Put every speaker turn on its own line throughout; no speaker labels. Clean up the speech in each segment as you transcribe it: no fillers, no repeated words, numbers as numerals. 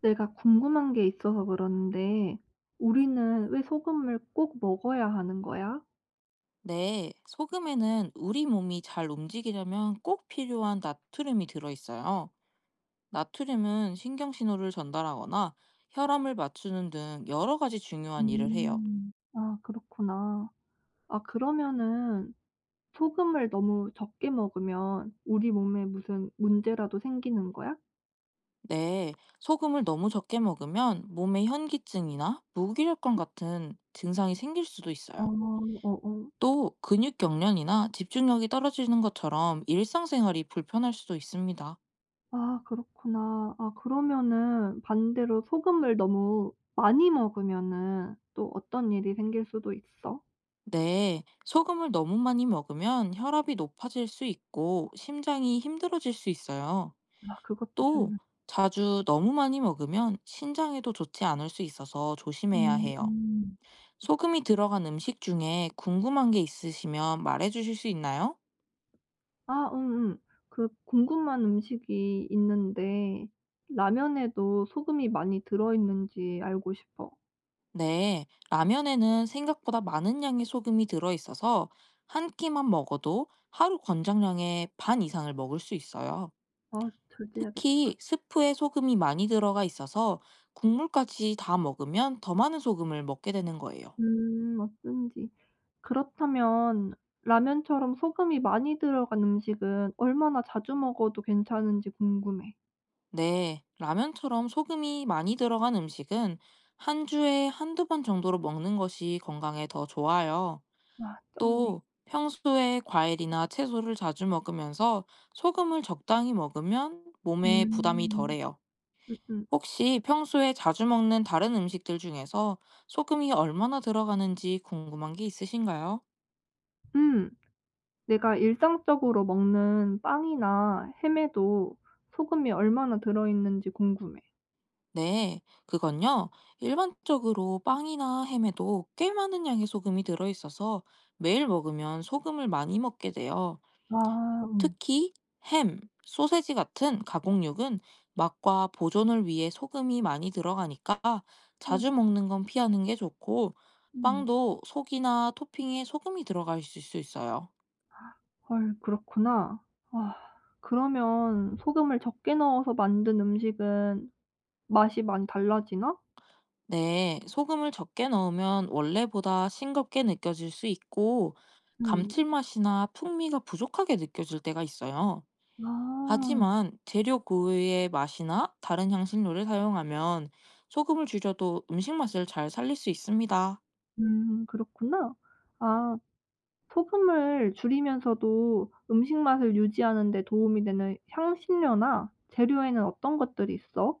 내가 궁금한 게 있어서 그러는데, 우리는 왜 소금을 꼭 먹어야 하는 거야?
네, 소금에는 우리 몸이 잘 움직이려면 꼭 필요한 나트륨이 들어있어요. 나트륨은 신경신호를 전달하거나 혈압을 맞추는 등 여러 가지 중요한 일을 해요.
아, 그렇구나. 아, 그러면은 소금을 너무 적게 먹으면 우리 몸에 무슨 문제라도 생기는 거야?
네, 소금을 너무 적게 먹으면 몸에 현기증이나 무기력감 같은 증상이 생길 수도
어,
있어요.
어, 어.
또 근육 경련이나 집중력이 떨어지는 것처럼 일상생활이 불편할 수도 있습니다.
아, 그렇구나. 아, 그러면은 반대로 소금을 너무 많이 먹으면은 또 어떤 일이 생길 수도 있어?
네, 소금을 너무 많이 먹으면 혈압이 높아질 수 있고 심장이 힘들어질 수 있어요.
아, 그것도
또
별로.
자주 너무 많이 먹으면 신장에도 좋지 않을 수 있어서 조심해야 해요.
음.
소금이 들어간 음식 중에 궁금한 게 있으시면 말해 주실 수 있나요?
아 음음. 그 궁금한 음식이 있는데 라면에도 소금이 많이 들어 있는지 알고 싶어.
네, 라면에는 생각보다 많은 양의 소금이 들어있어서 한 끼만 먹어도 하루 권장량의 반 이상을 먹을 수 있어요.
아 절제해야겠다.
특히 스프에 소금이 많이 들어가 있어서 국물까지 다 먹으면 더 많은 소금을 먹게 되는 거예요.
어쩐지. 그렇다면 라면처럼 소금이 많이 들어간 음식은 얼마나 자주 먹어도 괜찮은지 궁금해.
네, 라면처럼 소금이 많이 들어간 음식은 한 주에 한두 번 정도로 먹는 것이 건강에 더 좋아요.
와 적네.
또 평소에 과일이나 채소를 자주 먹으면서 소금을 적당히 먹으면 몸에 부담이
음.
덜해요.
음음. 음.
혹시 평소에 자주 먹는 다른 음식들 중에서 소금이 얼마나 들어가는지 궁금한 게 있으신가요?
음, 내가 일상적으로 먹는 빵이나 햄에도 소금이 얼마나 들어 있는지 궁금해.
네, 그건요. 일반적으로 빵이나 햄에도 꽤 많은 양의 소금이 들어있어서 매일 먹으면 소금을 많이 먹게 돼요.
아 음.
특히 햄, 소세지 같은 가공육은 맛과 보존을 위해 소금이 많이 들어가니까
헐.
자주 먹는 건 피하는 게 좋고,
음.
빵도 속이나 토핑에 소금이 들어갈 수 있어요.
헐 그렇구나. 아 그러면 소금을 적게 넣어서 만든 음식은 맛이 많이 달라지나?
네, 소금을 적게 넣으면 원래보다 싱겁게 느껴질 수 있고,
음.
감칠맛이나 풍미가 부족하게 느껴질 때가 있어요.
아.
하지만 재료 그 외의 맛이나 다른 향신료를 사용하면 소금을 줄여도 음식 맛을 잘 살릴 수 있습니다.
그렇구나. 아 소금을 줄이면서도 음식 맛을 유지하는 데 도움이 되는 향신료나 재료에는 어떤 것들이 있어?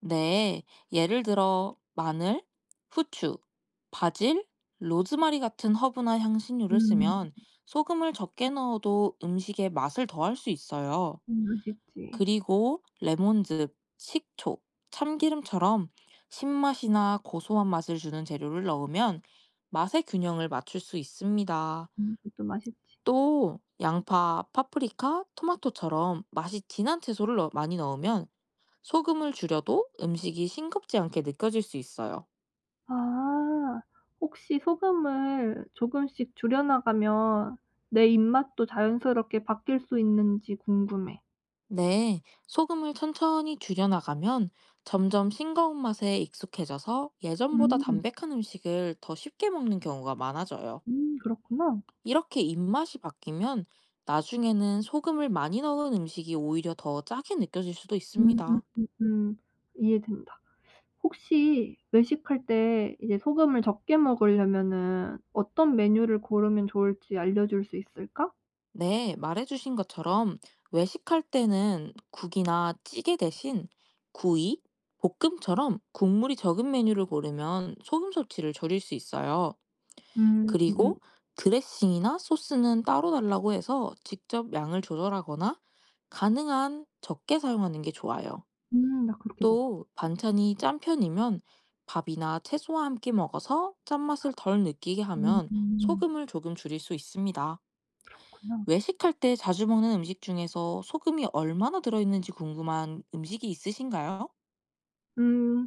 네, 예를 들어 마늘, 후추, 바질, 로즈마리 같은 허브나 향신료를
음.
쓰면 소금을 적게 넣어도 음식의 맛을 더할 수 있어요.
맛있지.
그리고 레몬즙, 식초, 참기름처럼 신맛이나 고소한 맛을 주는 재료를 넣으면 맛의 균형을 맞출 수 있습니다.
그것도 맛있지.
또 양파, 파프리카, 토마토처럼 맛이 진한 채소를 많이 넣으면 소금을 줄여도 음식이 싱겁지 않게 느껴질 수 있어요.
아. 혹시 소금을 조금씩 줄여 나가면 내 입맛도 자연스럽게 바뀔 수 있는지 궁금해.
네, 소금을 천천히 줄여나가면 점점 싱거운 맛에 익숙해져서 예전보다
음.
담백한 음식을 더 쉽게 먹는 경우가 많아져요.
음. 그렇구나.
이렇게 입맛이 바뀌면 나중에는 소금을 많이 넣은 음식이 오히려 더 짜게 느껴질 수도
음음음. 음.
있습니다.
이해된다. 혹시 외식할 때 이제 소금을 적게 먹으려면은 어떤 메뉴를 고르면 좋을지 알려줄 수 있을까?
네, 말해주신 것처럼 외식할 때는 국이나 찌개 대신 구이, 볶음처럼 국물이 적은 메뉴를 고르면 소금 섭취를 줄일 수 있어요.
음. 음. 음.
그리고 드레싱이나 소스는 따로 달라고 해서 직접 양을 조절하거나 가능한 적게 사용하는 게 좋아요.
나 그렇게 먹어.
또 반찬이 짠 편이면 밥이나 채소와 함께 먹어서 짠맛을 덜 느끼게
음.
하면 소금을 조금 줄일 수 있습니다.
그렇구나.
외식할 때 자주 먹는 음식 중에서 소금이 얼마나 들어있는지 궁금한 음식이 있으신가요?
음.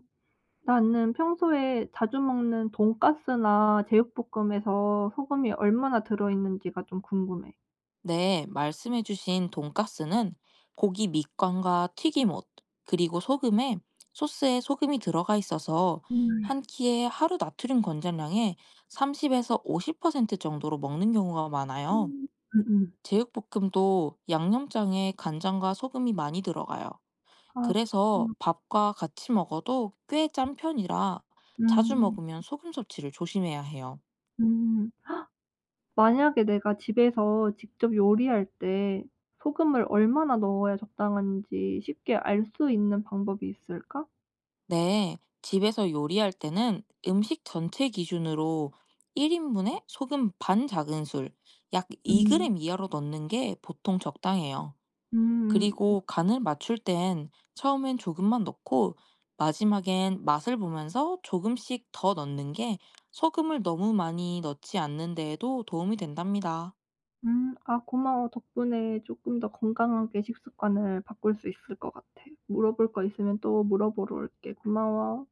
나는 평소에 자주 먹는 돈가스나 제육볶음에서 소금이 얼마나 들어있는지가 좀 궁금해.
네, 말씀해주신 돈가스는 고기 밑간과 튀김옷, 그리고 소금에 소스에 소금이 들어가 있어서
음.
한 끼에 하루 나트륨 권장량의 30에서 50% 정도로 먹는 경우가 많아요.
음. 음음.
제육볶음도 양념장에 간장과 소금이 많이 들어가요.
아
그래서
그렇구나.
밥과 같이 먹어도 꽤 짠 편이라 자주
음.
먹으면 소금 섭취를 조심해야 해요.
음. 만약에 내가 집에서 직접 요리할 때 소금을 얼마나 넣어야 적당한지 쉽게 알 수 있는 방법이 있을까?
네, 집에서 요리할 때는 음식 전체 기준으로 1인분에 소금 반 작은술, 약
음.
2g 이하로 넣는 게 보통 적당해요.
음음.
그리고 간을 맞출 땐 처음엔 조금만 넣고 마지막엔 맛을 보면서 조금씩 더 넣는 게 소금을 너무 많이 넣지 않는 데에도 도움이 된답니다.
음. 아 고마워. 덕분에 조금 더 건강하게 식습관을 바꿀 수 있을 것 같아. 물어볼 거 있으면 또 물어보러 올게. 고마워.